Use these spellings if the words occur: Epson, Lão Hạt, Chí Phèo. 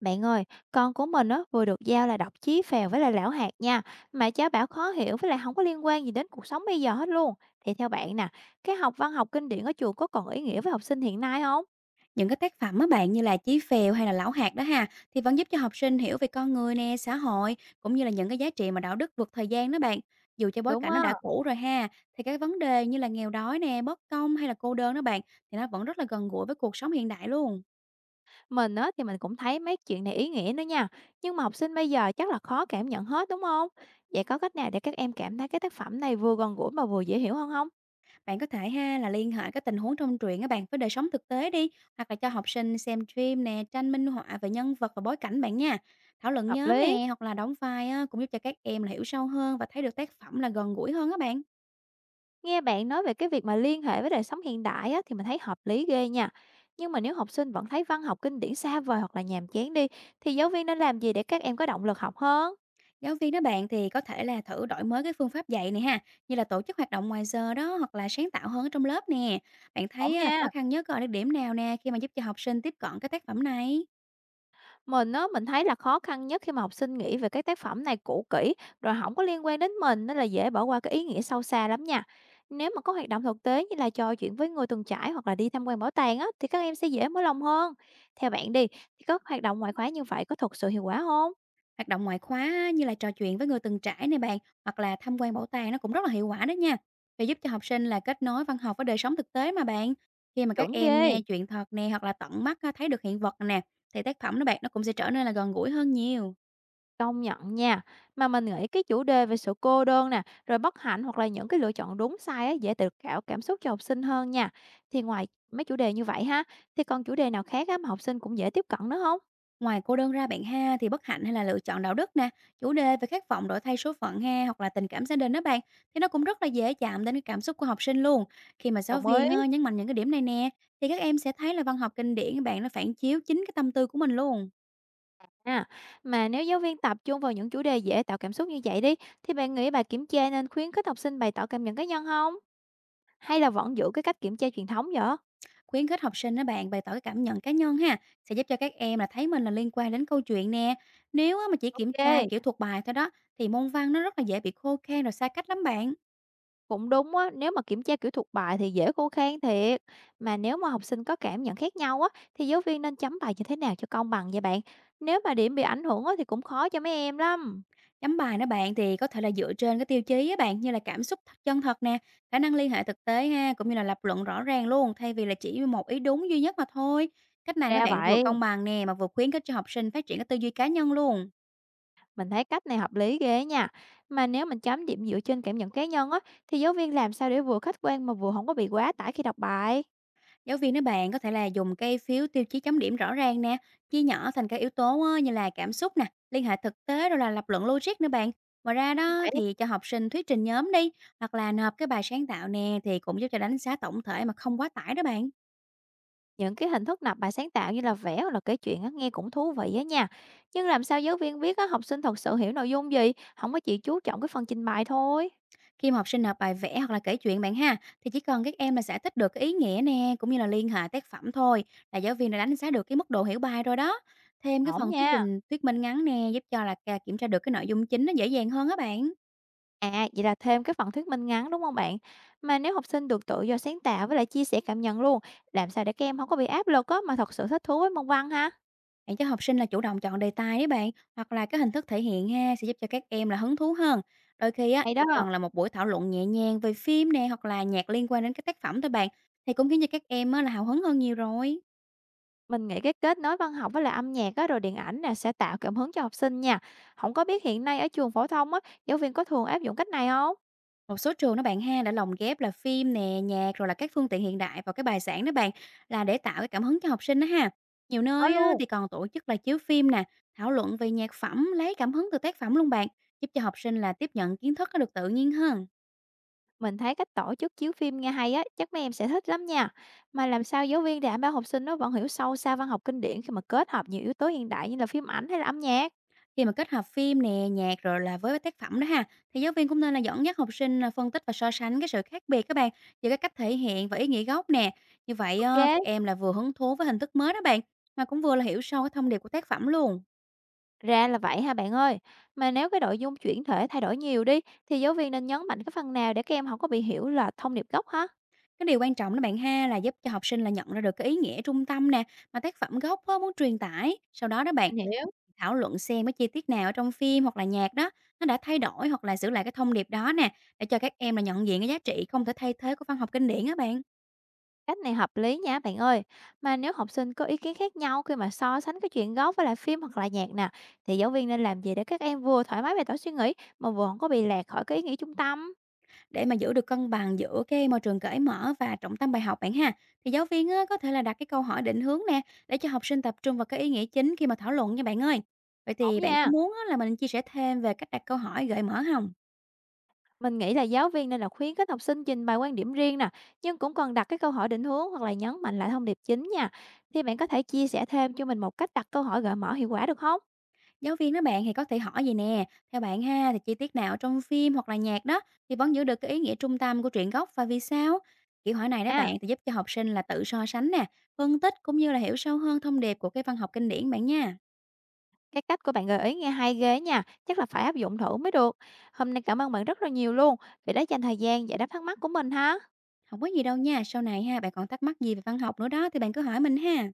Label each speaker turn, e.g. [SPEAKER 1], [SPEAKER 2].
[SPEAKER 1] Bạn ơi, con của mình á vừa được giao là đọc Chí Phèo với lại Lão Hạt nha, mà cháu bảo khó hiểu với lại không có liên quan gì đến cuộc sống bây giờ hết luôn. Thì theo bạn nè, cái học văn học kinh điển ở trường có còn ý nghĩa với học sinh hiện nay không?
[SPEAKER 2] Những cái tác phẩm á bạn, như là Chí Phèo hay là Lão Hạt đó ha, thì vẫn giúp cho học sinh hiểu về con người nè, xã hội, cũng như là những cái giá trị mà đạo đức vượt thời gian đó bạn. Dù cho bối
[SPEAKER 1] Đúng
[SPEAKER 2] cảnh nó
[SPEAKER 1] á,
[SPEAKER 2] đã cũ rồi ha, thì cái vấn đề như là nghèo đói nè, bất công hay là cô đơn đó bạn, thì nó vẫn rất là gần gũi với cuộc sống hiện đại luôn.
[SPEAKER 1] mình á thì mình cũng thấy mấy chuyện này ý nghĩa nữa nha, nhưng mà học sinh bây giờ chắc là khó cảm nhận hết đúng không? Vậy có cách nào để các em cảm thấy cái tác phẩm này vừa gần gũi mà vừa dễ hiểu hơn không?
[SPEAKER 2] Bạn có thể ha là liên hệ các tình huống trong truyện các bạn với đời sống thực tế đi, hoặc là cho học sinh xem phim nè, tranh minh họa về nhân vật và bối cảnh bạn nha. Thảo luận
[SPEAKER 1] Hợp
[SPEAKER 2] nhóm
[SPEAKER 1] lý.
[SPEAKER 2] nè, hoặc là đóng vai á, cũng giúp cho các em là hiểu sâu hơn và thấy được tác phẩm là gần gũi hơn các bạn.
[SPEAKER 1] Nghe bạn nói về cái việc mà liên hệ với đời sống hiện đại á, thì mình thấy hợp lý ghê nha. Nhưng mà nếu học sinh vẫn thấy văn học kinh điển xa vời hoặc là nhàm chán đi, thì giáo viên nên làm gì để các em có động lực học hơn?
[SPEAKER 2] Giáo viên đó bạn thì có thể là thử đổi mới cái phương pháp dạy này ha, như là tổ chức hoạt động ngoài giờ đó, hoặc là sáng tạo hơn ở trong lớp nè. Bạn thấy
[SPEAKER 1] Không
[SPEAKER 2] á, là
[SPEAKER 1] nha.
[SPEAKER 2] khó khăn nhất ở cái điểm nào nè khi mà giúp cho học sinh tiếp cận cái tác phẩm này?
[SPEAKER 1] Mình á, mình thấy là khó khăn nhất khi mà học sinh nghĩ về cái tác phẩm này cũ kỹ, rồi không có liên quan đến mình, nên là dễ bỏ qua cái ý nghĩa sâu xa lắm nha. Nếu mà có hoạt động thực tế như là trò chuyện với người từng trải hoặc là đi tham quan bảo tàng á, thì các em sẽ dễ mở lòng hơn. Theo bạn đi, thì các hoạt động ngoại khóa như vậy có thực sự hiệu quả không?
[SPEAKER 2] Hoạt động ngoại khóa á, như là trò chuyện với người từng trải này bạn, hoặc là tham quan bảo tàng, nó cũng rất là hiệu quả đó nha. Để giúp cho học sinh là kết nối văn học với đời sống thực tế mà bạn. Khi mà các
[SPEAKER 1] Chuẩn
[SPEAKER 2] em
[SPEAKER 1] ghê.
[SPEAKER 2] nghe chuyện thật nè, hoặc là tận mắt á, thấy được hiện vật nè, thì tác phẩm đó bạn, nó cũng sẽ trở nên là gần gũi hơn nhiều.
[SPEAKER 1] Công nhận nha. Mà mình nghĩ cái chủ đề về sự cô đơn nè, rồi bất hạnh hoặc là những cái lựa chọn đúng sai á, dễ tự khảo cảm xúc cho học sinh hơn nha. Thì ngoài mấy chủ đề như vậy ha, thì còn chủ đề nào khác á, mà học sinh cũng dễ tiếp cận nữa không?
[SPEAKER 2] Ngoài cô đơn ra bạn ha, thì bất hạnh hay là lựa chọn đạo đức nè, chủ đề về khát vọng đổi thay số phận ha, hoặc là tình cảm gia đình đó bạn, thì nó cũng rất là dễ chạm đến cái cảm xúc của học sinh luôn. Khi mà giáo
[SPEAKER 1] Đồng
[SPEAKER 2] viên
[SPEAKER 1] ý.
[SPEAKER 2] nhấn mạnh những cái điểm này nè, thì các em sẽ thấy là văn học kinh điển các bạn, nó phản chiếu chính cái tâm tư của mình luôn.
[SPEAKER 1] À, mà nếu giáo viên tập trung vào những chủ đề dễ tạo cảm xúc như vậy đi, thì bạn nghĩ bài kiểm tra nên khuyến khích học sinh bày tỏ cảm nhận cá nhân không? Hay là vẫn giữ cái cách kiểm tra truyền thống vậy?
[SPEAKER 2] Khuyến khích học sinh đó bạn bày tỏ cái cảm nhận cá nhân ha, sẽ giúp cho các em là thấy mình là liên quan đến câu chuyện nè. Nếu á, mà chỉ kiểm tra
[SPEAKER 1] Ok.
[SPEAKER 2] kiểu thuộc bài thôi đó, thì môn văn nó rất là dễ bị khô khan rồi xa cách lắm bạn.
[SPEAKER 1] Cũng đúng á, nếu mà kiểm tra kiểu thuộc bài thì dễ khô khan thiệt. Mà nếu mà học sinh có cảm nhận khác nhau á, thì giáo viên nên chấm bài như thế nào cho công bằng vậy bạn? Nếu mà điểm bị ảnh hưởng á, thì cũng khó cho mấy em lắm.
[SPEAKER 2] Chấm bài đó bạn thì có thể là dựa trên cái tiêu chí á bạn, như là cảm xúc thật chân thật nè, khả năng liên hệ thực tế ha, cũng như là lập luận rõ ràng luôn, thay vì là chỉ một ý đúng duy nhất mà thôi. Cách này nó
[SPEAKER 1] Ra
[SPEAKER 2] bạn vừa
[SPEAKER 1] vậy,
[SPEAKER 2] công bằng nè, mà vừa khuyến khích cho học sinh phát triển cái tư duy cá nhân luôn.
[SPEAKER 1] mình thấy cách này hợp lý ghê nha. Mà nếu mình chấm điểm dựa trên cảm nhận cá nhân á, thì giáo viên làm sao để vừa khách quan mà vừa không có bị quá tải khi đọc bài?
[SPEAKER 2] Giáo viên đó bạn có thể là dùng cái phiếu tiêu chí chấm điểm rõ ràng nè, chia nhỏ thành các yếu tố á, như là cảm xúc nè, liên hệ thực tế, rồi là lập luận logic nữa bạn. Ngoài ra
[SPEAKER 1] Anh
[SPEAKER 2] đó
[SPEAKER 1] phải
[SPEAKER 2] thì cho học sinh thuyết trình nhóm đi, hoặc là nộp cái bài sáng tạo nè, thì cũng giúp cho đánh giá tổng thể mà không quá tải đó bạn.
[SPEAKER 1] những cái hình thức nộp bài sáng tạo như là vẽ hoặc là kể chuyện á, nghe cũng thú vị á nha. Nhưng làm sao giáo viên biết á, học sinh thật sự hiểu nội dung gì, không có chỉ chú trọng cái phần trình bày thôi.
[SPEAKER 2] Khi mà học sinh nộp bài vẽ hoặc là kể chuyện bạn ha, thì chỉ cần các em là giải thích được cái ý nghĩa nè, cũng như là liên hệ tác phẩm thôi, là giáo viên đã đánh giá được cái mức độ hiểu bài rồi đó. Thêm cái
[SPEAKER 1] Ổn
[SPEAKER 2] phần thuyết
[SPEAKER 1] nha.
[SPEAKER 2] trình, thuyết minh ngắn nè, giúp cho là kiểm tra được cái nội dung chính nó dễ dàng hơn á bạn.
[SPEAKER 1] À, vậy là thêm cái phần thuyết minh ngắn, đúng không bạn? Mà nếu học sinh được tự do sáng tạo với lại chia sẻ cảm nhận luôn, làm sao để các em không có bị áp lực á, mà thật sự thích thú với môn văn ha?
[SPEAKER 2] Bạn cho học sinh là chủ động chọn đề tài đấy bạn, hoặc là cái hình thức thể hiện ha, sẽ giúp cho các em là hứng thú hơn. Đôi khi á,
[SPEAKER 1] Hay
[SPEAKER 2] chỉ
[SPEAKER 1] đó!
[SPEAKER 2] cần là một buổi thảo luận nhẹ nhàng về phim nè, hoặc là nhạc liên quan đến cái tác phẩm thôi bạn, thì cũng khiến cho các em á, là hào hứng hơn nhiều rồi.
[SPEAKER 1] Mình nghĩ cái kết nối văn học với lại âm nhạc á, rồi điện ảnh nè, sẽ tạo cảm hứng cho học sinh nha. Không có biết hiện nay ở trường phổ thông á, giáo viên có thường áp dụng cách này không?
[SPEAKER 2] Một số trường đó bạn ha đã lồng ghép là phim nè, nhạc, rồi là các phương tiện hiện đại vào cái bài giảng đó bạn, là để tạo cái cảm hứng cho học sinh đó ha. Nhiều
[SPEAKER 1] Có
[SPEAKER 2] nơi á,
[SPEAKER 1] luôn.
[SPEAKER 2] thì còn tổ chức là chiếu phim nè, thảo luận về nhạc phẩm, lấy cảm hứng từ tác phẩm luôn bạn, giúp cho học sinh là tiếp nhận kiến thức nó được tự nhiên hơn.
[SPEAKER 1] Mình thấy cách tổ chức chiếu phim nghe hay á, chắc mấy em sẽ thích lắm nha. Mà làm sao giáo viên đảm bảo học sinh nó vẫn hiểu sâu xa văn học kinh điển khi mà kết hợp nhiều yếu tố hiện đại như là phim ảnh hay là âm nhạc?
[SPEAKER 2] Khi mà kết hợp phim nè, nhạc, rồi là với tác phẩm đó ha, thì giáo viên cũng nên là dẫn dắt học sinh là phân tích và so sánh cái sự khác biệt các bạn, giữa cái cách thể hiện và ý nghĩa gốc nè. Như vậy á, các
[SPEAKER 1] Ok?
[SPEAKER 2] em là vừa hứng thú với hình thức mới đó bạn, mà cũng vừa là hiểu sâu cái thông điệp của tác phẩm luôn.
[SPEAKER 1] Ra là vậy ha bạn ơi. Mà nếu cái nội dung chuyển thể thay đổi nhiều đi, thì giáo viên nên nhấn mạnh cái phần nào để các em không có bị hiểu là thông điệp gốc hả?
[SPEAKER 2] Cái điều quan trọng đó bạn ha là giúp cho học sinh là nhận ra được cái ý nghĩa trung tâm nè, mà tác phẩm gốc á, muốn truyền tải. Sau đó đó bạn,
[SPEAKER 1] Anh hiểu.
[SPEAKER 2] thảo luận xem cái chi tiết nào ở trong phim hoặc là nhạc đó, nó đã thay đổi hoặc là giữ lại cái thông điệp đó nè, để cho các em là nhận diện cái giá trị không thể thay thế của văn học kinh điển á bạn.
[SPEAKER 1] Cách này hợp lý nha bạn ơi. Mà nếu học sinh có ý kiến khác nhau khi mà so sánh cái chuyện gốc với lại phim hoặc là nhạc nè, thì giáo viên nên làm gì để các em vừa thoải mái bày tỏ suy nghĩ mà vừa không có bị lạc khỏi cái ý nghĩ trung tâm?
[SPEAKER 2] Để mà giữ được cân bằng giữa cái môi trường cởi mở và trọng tâm bài học bạn ha, thì giáo viên á, có thể là đặt cái câu hỏi định hướng nè, để cho học sinh tập trung vào cái ý nghĩa chính khi mà thảo luận nha bạn ơi. Vậy
[SPEAKER 1] Ổn
[SPEAKER 2] thì bạn có
[SPEAKER 1] nha.
[SPEAKER 2] muốn á, là mình chia sẻ thêm về cách đặt câu hỏi gợi mở không?
[SPEAKER 1] Mình nghĩ là giáo viên nên là khuyến khích học sinh trình bày quan điểm riêng nè, nhưng cũng cần đặt cái câu hỏi định hướng hoặc là nhấn mạnh lại thông điệp chính nha. Thì bạn có thể chia sẻ thêm cho mình một cách đặt câu hỏi gợi mở hiệu quả được không?
[SPEAKER 2] Giáo viên đó bạn thì có thể hỏi gì nè, theo bạn ha thì chi tiết nào trong phim hoặc là nhạc đó, thì vẫn giữ được cái ý nghĩa trung tâm của truyện gốc và vì sao? Kiểu hỏi này đó
[SPEAKER 1] À,
[SPEAKER 2] bạn thì giúp cho học sinh là tự so sánh nè, phân tích cũng như là hiểu sâu hơn thông điệp của cái văn học kinh điển bạn nha.
[SPEAKER 1] cái cách của bạn gợi ý nghe hay ghê nha, chắc là phải áp dụng thử mới được. Hôm nay cảm ơn bạn rất là nhiều luôn vì đã dành thời gian giải đáp thắc mắc của mình ha.
[SPEAKER 2] Không có gì đâu nha, sau này ha bạn còn thắc mắc gì về văn học nữa đó, thì bạn cứ hỏi mình ha.